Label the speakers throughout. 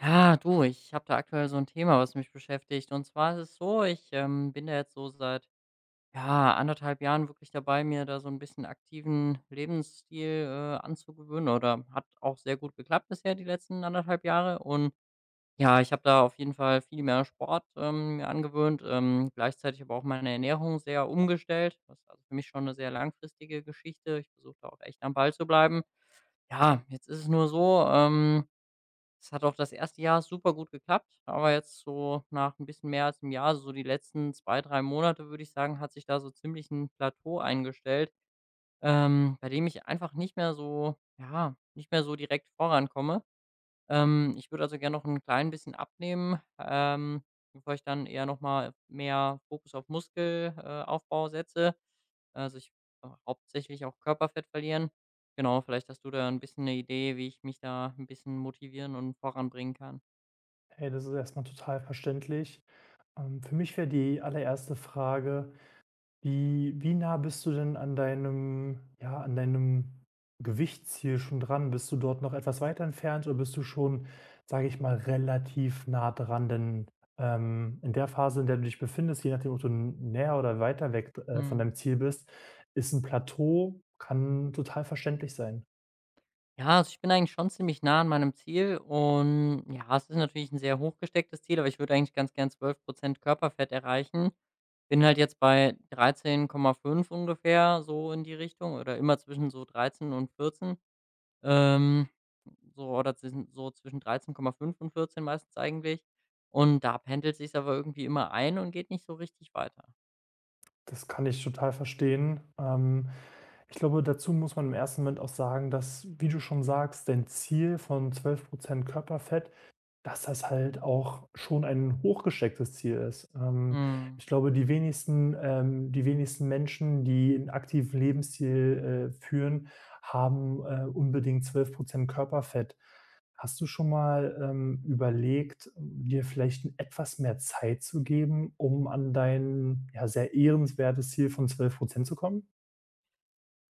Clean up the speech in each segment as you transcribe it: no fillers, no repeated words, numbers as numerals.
Speaker 1: Ja, du, ich habe da aktuell so ein Thema, was mich beschäftigt. Und zwar ist es so, ich bin da jetzt so seit, ja, anderthalb Jahren wirklich dabei, mir da so ein bisschen aktiven Lebensstil anzugewöhnen, oder hat auch sehr gut geklappt bisher die letzten anderthalb Jahre. Und ja, ich habe da auf jeden Fall viel mehr Sport mir angewöhnt, gleichzeitig aber auch meine Ernährung sehr umgestellt. Das ist also für mich schon eine sehr langfristige Geschichte. Ich versuche da auch echt am Ball zu bleiben. Ja, jetzt ist es nur so, es hat auch das erste Jahr super gut geklappt, aber jetzt so nach ein bisschen mehr als einem Jahr, so die letzten 2 3 Monate, würde ich sagen, hat sich da so ziemlich ein Plateau eingestellt, bei dem ich einfach nicht mehr so ja, nicht mehr so direkt vorankomme. Ich würde also gerne noch ein klein bisschen abnehmen, bevor ich dann eher noch mal mehr Fokus auf Muskelaufbau Aufbau setze. Also, ich hauptsächlich auch Körperfett verlieren. Genau, vielleicht hast du da ein bisschen eine Idee, wie ich mich da ein bisschen motivieren und voranbringen kann.
Speaker 2: Hey, das ist erstmal total verständlich. Für mich wäre die allererste Frage: Wie nah bist du denn an deinem ja, an deinem Gewichtsziel schon dran? Bist du dort noch etwas weiter entfernt oder bist du schon, sage ich mal, relativ nah dran? Denn, in der Phase, in der du dich befindest, je nachdem, ob du näher oder weiter weg, von
Speaker 1: Mhm.
Speaker 2: deinem Ziel bist, ist ein Plateau kann total verständlich sein.
Speaker 1: Ja, also ich bin eigentlich schon ziemlich nah an meinem Ziel und ja, es ist natürlich ein sehr hochgestecktes Ziel, aber ich würde eigentlich ganz gern 12% Körperfett erreichen. Bin halt jetzt bei 13,5 ungefähr, so in die Richtung oder immer zwischen so 13 und 14. Ähm, so oder zwischen so zwischen 13,5 und 14 meistens eigentlich. Und da pendelt sich's aber irgendwie immer ein und geht nicht so richtig weiter.
Speaker 2: Das kann ich total verstehen. Ich glaube, dazu muss man im ersten Moment auch sagen, dass, wie du schon sagst, dein Ziel von 12% Körperfett dass das halt auch schon ein hochgestecktes Ziel ist.
Speaker 1: Mhm.
Speaker 2: Ich glaube, die wenigsten Menschen, die einen aktiven Lebensstil, führen, haben, unbedingt 12 Körperfett. Hast du schon mal, überlegt, dir vielleicht 'n etwas mehr Zeit zu geben, um an dein, ja, sehr ehrenswertes Ziel von 12% zu kommen?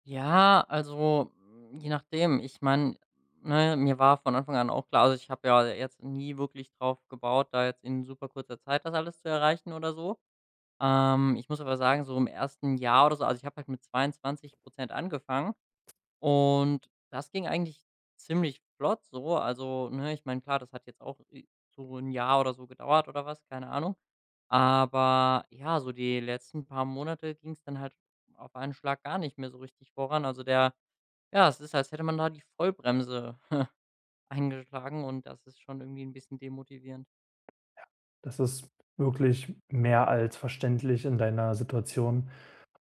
Speaker 1: Ja, also, hm, je nachdem. Ich meine, ne, mir war von Anfang an auch klar also, ich habe ja jetzt nie wirklich drauf gebaut, da jetzt in super kurzer Zeit das alles zu erreichen oder so. Ich muss aber sagen, so im ersten Jahr oder so also, ich habe halt mit 22 angefangen und das ging eigentlich ziemlich flott so. Also, ne, ich meine, klar, das hat jetzt auch so ein Jahr oder so gedauert oder was, keine Ahnung. Aber ja, so die letzten paar Monate ging es dann halt auf einen Schlag gar nicht mehr so richtig voran. Also, der ja, es ist, als hätte man da die Vollbremse eingeschlagen und das ist schon irgendwie ein bisschen demotivierend.
Speaker 2: Das ist wirklich mehr als verständlich in deiner Situation.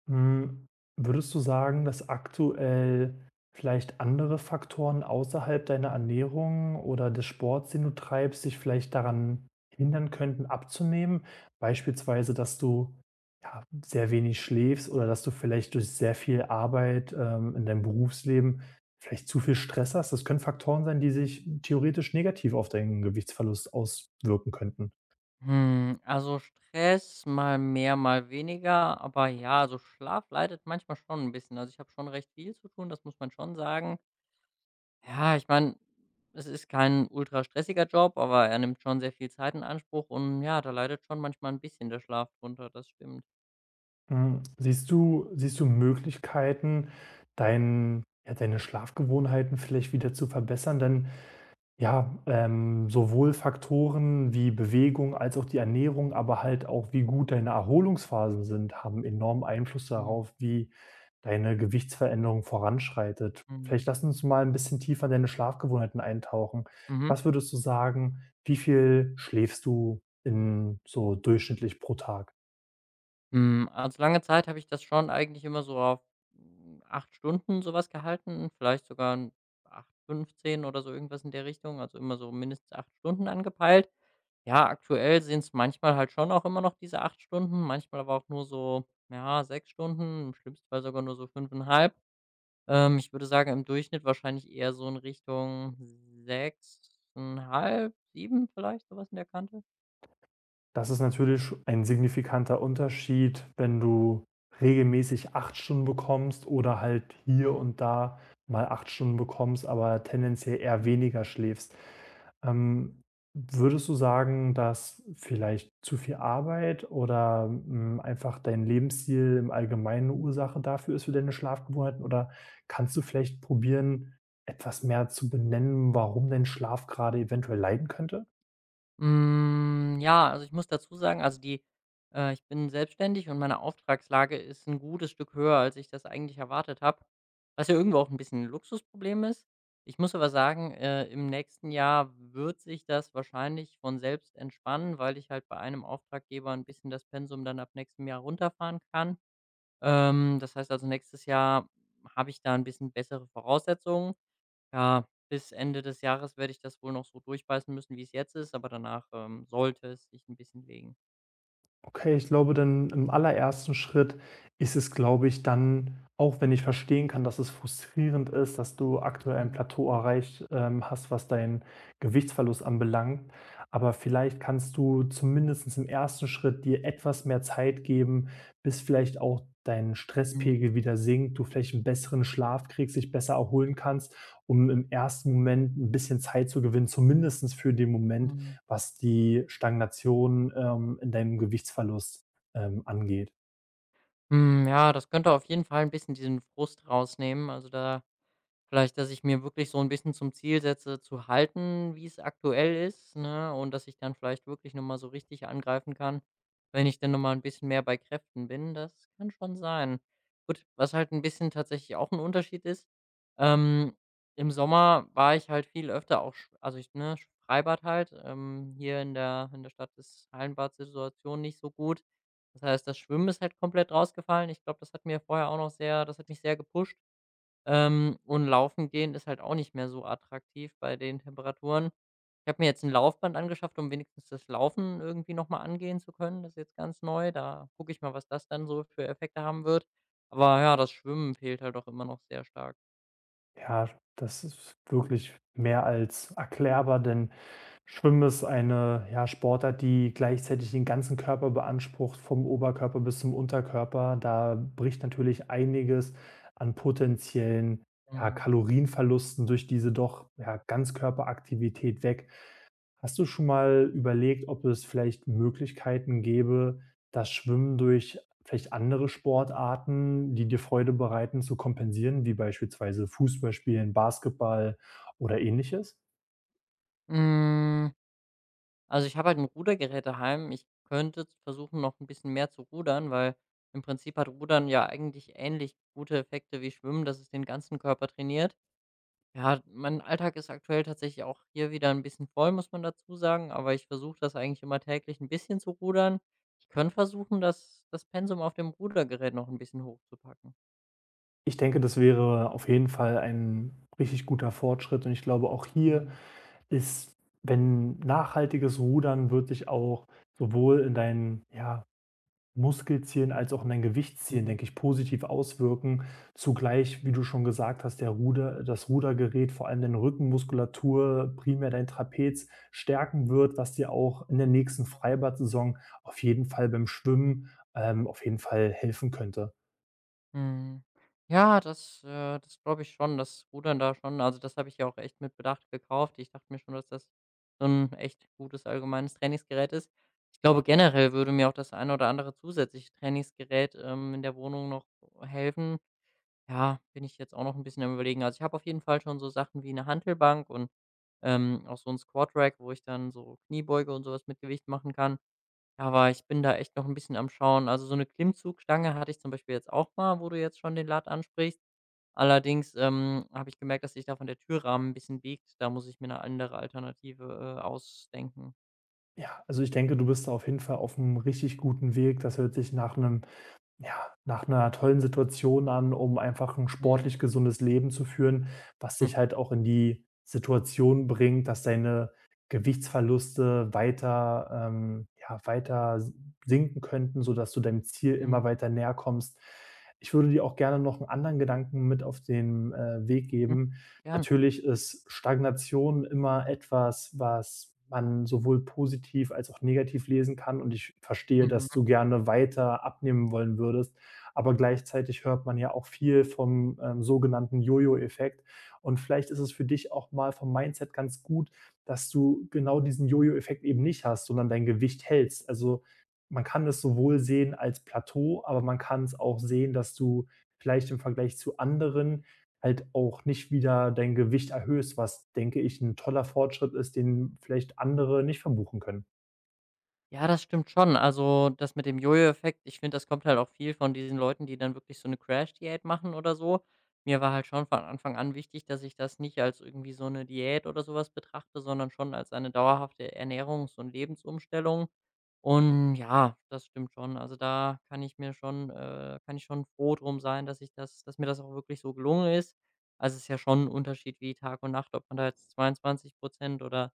Speaker 2: Hm, würdest du sagen, dass aktuell vielleicht andere Faktoren außerhalb deiner Ernährung oder des Sports, den du treibst, dich vielleicht daran hindern könnten, abzunehmen? Beispielsweise, dass du, ja, sehr wenig schläfst oder dass du vielleicht durch sehr viel Arbeit, in deinem Berufsleben vielleicht zu viel Stress hast? Das können Faktoren sein, die sich theoretisch negativ auf deinen Gewichtsverlust auswirken könnten.
Speaker 1: Hm, also Stress mal mehr, mal weniger, aber ja, also Schlaf leidet manchmal schon ein bisschen. Also, ich habe schon recht viel zu tun, das muss man schon sagen. Ja, ich meine, es ist kein ultra stressiger Job, aber er nimmt schon sehr viel Zeit in Anspruch und ja, da leidet schon manchmal ein bisschen der Schlaf drunter, das stimmt.
Speaker 2: Hm, siehst du Möglichkeiten, dein ja, deine Schlafgewohnheiten vielleicht wieder zu verbessern? Denn ja, sowohl Faktoren wie Bewegung als auch die Ernährung, aber halt auch, wie gut deine Erholungsphasen sind, haben enormen Einfluss
Speaker 1: Mhm,
Speaker 2: darauf, wie deine Gewichtsveränderung voranschreitet. Vielleicht
Speaker 1: mhm.
Speaker 2: lass uns mal ein bisschen tiefer in deine Schlafgewohnheiten eintauchen.
Speaker 1: Mhm.
Speaker 2: Was würdest du sagen, wie viel schläfst du in so durchschnittlich pro Tag?
Speaker 1: Hm, also, lange Zeit habe ich das schon eigentlich immer so auf, hm, 8 Stunden sowas gehalten, vielleicht sogar 'n acht, fünfzehn oder so irgendwas in der Richtung, also, immer so mindestens 8 Stunden angepeilt. Ja, aktuell sind es manchmal halt schon auch immer noch diese 8 Stunden, manchmal aber auch nur so, ja, 6 Stunden, im schlimmsten Fall sogar nur so 5,5. Ich würde sagen, im Durchschnitt wahrscheinlich eher so in Richtung 6,5, 7 vielleicht, sowas in der Kante?
Speaker 2: Das ist natürlich ein signifikanter Unterschied, wenn du regelmäßig 8 Stunden bekommst oder halt hier
Speaker 1: Mhm.
Speaker 2: und da mal 8 Stunden bekommst, aber tendenziell eher
Speaker 1: Mhm.
Speaker 2: weniger schläfst. Ähm, Würdest du sagen, dass vielleicht zu viel Arbeit oder einfach dein Lebensstil im Allgemeinen eine Ursache dafür ist für deine Schlafgewohnheiten? Oder kannst du vielleicht probieren, etwas mehr zu benennen, warum dein Schlaf gerade eventuell leiden könnte?
Speaker 1: Hm, ja, also ich muss dazu sagen, also die ich bin selbstständig und meine Auftragslage ist ein gutes Stück höher, als ich das eigentlich erwartet habe, was ja irgendwo auch ein bisschen 'n Luxusproblem ist. Ich muss aber sagen, im nächsten Jahr wird sich das wahrscheinlich von selbst entspannen, weil ich halt bei einem Auftraggeber ein bisschen das Pensum dann ab nächstem Jahr runterfahren kann. Das heißt also, nächstes Jahr habe ich da ein bisschen bessere Voraussetzungen. Ja, bis Ende des Jahres werde ich das wohl noch so durchbeißen müssen, wie es jetzt ist, aber danach sollte es sich ein bisschen legen.
Speaker 2: Okay, ich glaube dann im allerersten Schritt ist es, glaube ich, dann, auch wenn ich verstehen kann, dass es frustrierend ist, dass du aktuell ein
Speaker 1: Mhm,
Speaker 2: Plateau erreicht, hast, was deinen Gewichtsverlust anbelangt. Aber vielleicht kannst du zumindest im ersten Schritt dir etwas mehr Zeit geben, bis vielleicht auch dein
Speaker 1: mhm,
Speaker 2: Stresspegel wieder sinkt, du vielleicht einen besseren Schlaf kriegst, dich besser erholen kannst, um im ersten Moment ein bisschen Zeit zu gewinnen, zumindest für den Moment,
Speaker 1: mhm.
Speaker 2: was die Stagnation, in deinem Gewichtsverlust, angeht.
Speaker 1: Hm, ja, das könnte auf jeden Fall ein bisschen diesen Frust rausnehmen. Also, da vielleicht, dass ich mir wirklich so ein bisschen zum Ziel setze, zu halten, wie es aktuell ist, ne, und dass ich dann vielleicht wirklich noch mal so richtig angreifen kann, wenn ich dann noch mal 'n bisschen mehr bei Kräften bin. Das kann schon sein. Gut, was halt ein bisschen tatsächlich auch ein Unterschied ist, ähm, im Sommer war ich halt viel öfter auch sch also, ich ne, Freibad halt. Hier in der Stadt ist Hallenbadsituation nicht so gut. Das heißt, das Schwimmen ist halt komplett rausgefallen. Ich glaube, das hat mir vorher auch noch sehr das hat mich sehr gepusht. Und laufen gehen ist halt auch nicht mehr so attraktiv bei den Temperaturen. Ich habe mir jetzt ein Laufband angeschafft, um wenigstens das Laufen irgendwie noch mal angehen zu können. Das ist jetzt ganz neu. Da gucke ich mal, was das dann so für Effekte haben wird. Aber ja, das Schwimmen fehlt halt auch immer noch sehr stark.
Speaker 2: Ja, das ist wirklich mehr als erklärbar, denn Schwimmen ist eine, ja, Sportart, die gleichzeitig den ganzen Körper beansprucht, vom Oberkörper bis zum Unterkörper. Da bricht natürlich einiges an potenziellen, ja,
Speaker 1: Mhm.
Speaker 2: Kalorienverlusten durch diese doch, ja, Ganzkörperaktivität weg. Hast du schon mal überlegt, ob es vielleicht Möglichkeiten gäbe, das Schwimmen durch vielleicht andere Sportarten, die dir Freude bereiten, zu kompensieren, wie beispielsweise Fußball spielen, Basketball oder Ähnliches?
Speaker 1: Hm, also, ich habe halt ein Rudergerät daheim. Ich könnte z versuchen, noch ein bisschen mehr zu rudern, weil im Prinzip hat Rudern ja eigentlich ähnlich gute Effekte wie Schwimmen, dass es den ganzen Körper trainiert. Ja, mein Alltag ist aktuell tatsächlich auch hier wieder ein bisschen voll, muss man dazu sagen, aber ich versuche das eigentlich immer täglich ein bisschen zu rudern. Ich könnte versuchen, das Pensum auf dem Rudergerät noch ein bisschen hochzupacken.
Speaker 2: Ich denke, das wäre auf jeden Fall ein richtig guter Fortschritt und ich glaube, auch hier
Speaker 1: Mhm,
Speaker 2: ist, wenn nachhaltiges Rudern wird dich auch sowohl in deinen, ja, Muskelziehen als auch mein Gewichtsziehen,
Speaker 1: mhm,
Speaker 2: denke ich, positiv auswirken. Zugleich, wie du schon gesagt hast, der Ruder das Rudergerät, vor allem deine Rückenmuskulatur, primär dein Trapez stärken wird, was dir auch in der nächsten
Speaker 1: mhm.
Speaker 2: Freibad-Saison auf jeden Fall beim Schwimmen, auf jeden Fall helfen könnte.
Speaker 1: Mhm. Ja, das glaube ich schon, das Rudern da schon also, das habe ich ja auch echt mit Bedacht gekauft. Ich dachte mir schon, dass das so ein echt gutes allgemeines Trainingsgerät ist. Ich glaube, generell würde mir auch das eine oder andere zusätzliche Trainingsgerät in der Wohnung noch helfen. Ja, bin ich jetzt auch noch ein bisschen am Überlegen. Also, ich habe auf jeden Fall schon so Sachen wie eine Hantelbank und auch so ein Squat Rack, wo ich dann so Kniebeuge und sowas mit Gewicht machen kann. Ja, aber ich bin da echt noch ein bisschen am Schauen. Also, so eine Klimmzugstange hatte ich zum Beispiel jetzt auch mal, wo du jetzt schon den Lat ansprichst. Allerdings habe ich gemerkt, dass sich da von der Türrahmen ein bisschen biegt. Da muss ich mir eine andere Alternative ausdenken.
Speaker 2: Ja, also ich denke, du bist da auf jeden Fall auf einem richtig guten Weg. Das hört sich nach einem Ja, nach einer tollen Situation an, um einfach ein
Speaker 1: Mhm.
Speaker 2: sportlich gesundes Leben zu führen, was
Speaker 1: Hm.
Speaker 2: dich halt auch in die Situation bringt, dass deine Gewichtsverluste weiter ja, weiter sinken könnten, sodass du deinem Ziel immer
Speaker 1: Mhm.
Speaker 2: weiter näher kommst. Ich würde dir auch gerne noch einen anderen Gedanken mit auf den, Weg
Speaker 1: Mhm.
Speaker 2: geben.
Speaker 1: Gern.
Speaker 2: Natürlich ist Stagnation immer etwas, was man sowohl positiv als auch negativ lesen kann und ich verstehe, dass
Speaker 1: Mhm.
Speaker 2: du gerne weiter abnehmen wollen würdest, aber gleichzeitig hört man ja auch viel vom, sogenannten Jojo-Effekt und vielleicht ist es für dich auch mal vom Mindset ganz gut, dass du genau diesen Jojo-Effekt eben nicht hast, sondern dein Gewicht hältst. Also, man kann es sowohl sehen als Plateau, aber man kann es auch sehen, dass du vielleicht im Vergleich zu anderen halt auch nicht wieder dein Gewicht erhöhst, was, denke ich, ein toller Fortschritt ist, den vielleicht andere nicht verbuchen können.
Speaker 1: Ja, das stimmt schon. Also, das mit dem Jojo-Effekt, ich finde, das kommt halt auch viel von diesen Leuten, die dann wirklich so eine Crash-Diät machen oder so. Mir war halt schon von Anfang an wichtig, dass ich das nicht als irgendwie so eine Diät oder sowas betrachte, sondern schon als eine dauerhafte Ernährungs und Lebensumstellung. Und ja, das stimmt schon. Also, da kann ich schon froh drum sein, dass ich das dass mir das auch wirklich so gelungen ist. Also, es ist ja schon 'n Unterschied wie Tag und Nacht, ob man da jetzt 22 oder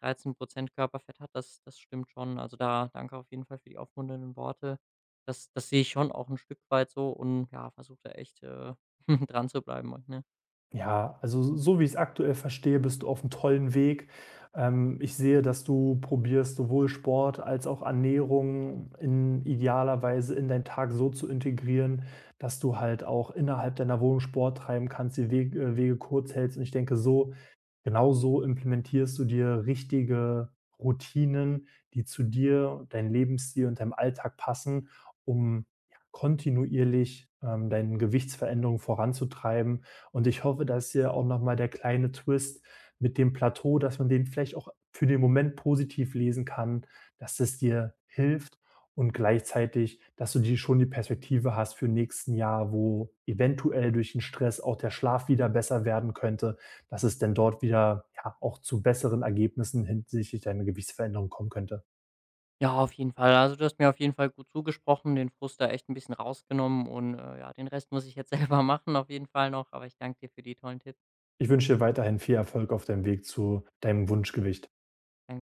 Speaker 1: 13 Körperfett hat, das stimmt schon. Also, da danke auf jeden Fall für die aufmunternden Worte. Das sehe ich schon auch ein Stück weit so und, ja, versuche da echt, dran zu bleiben und, ne?
Speaker 2: Ja, also so wie ich es aktuell verstehe, bist du auf einem tollen Weg. Ich sehe, dass du probierst, sowohl Sport als auch Ernährung in idealer Weise in deinen Tag so zu integrieren, dass du halt auch innerhalb deiner Wohnung Sport treiben kannst, die Weg Wege kurz hältst und ich denke, so Genau so implementierst du dir richtige Routinen, die zu dir, deinem Lebensstil und deinem Alltag passen, um ja, kontinuierlich deine Gewichtsveränderung voranzutreiben. Und ich hoffe, dass hier auch nochmal der kleine Twist mit dem Plateau, dass man den vielleicht auch für den Moment positiv lesen kann, dass es dir hilft und gleichzeitig, dass du die schon die Perspektive hast für nächsten Jahr, wo eventuell durch den Stress auch der Schlaf wieder besser werden könnte dass es denn dort wieder ja, auch zu besseren Ergebnissen hinsichtlich deiner Gewichtsveränderung kommen könnte.
Speaker 1: Ja, auf jeden Fall. Also, du hast mir auf jeden Fall gut zugesprochen, den Frust da echt ein bisschen rausgenommen und, ja, den Rest muss ich jetzt selber machen auf jeden Fall noch, aber ich danke dir für die tollen Tipps.
Speaker 2: Ich wünsche dir weiterhin viel Erfolg auf deinem Weg zu deinem Wunschgewicht.
Speaker 1: Danke.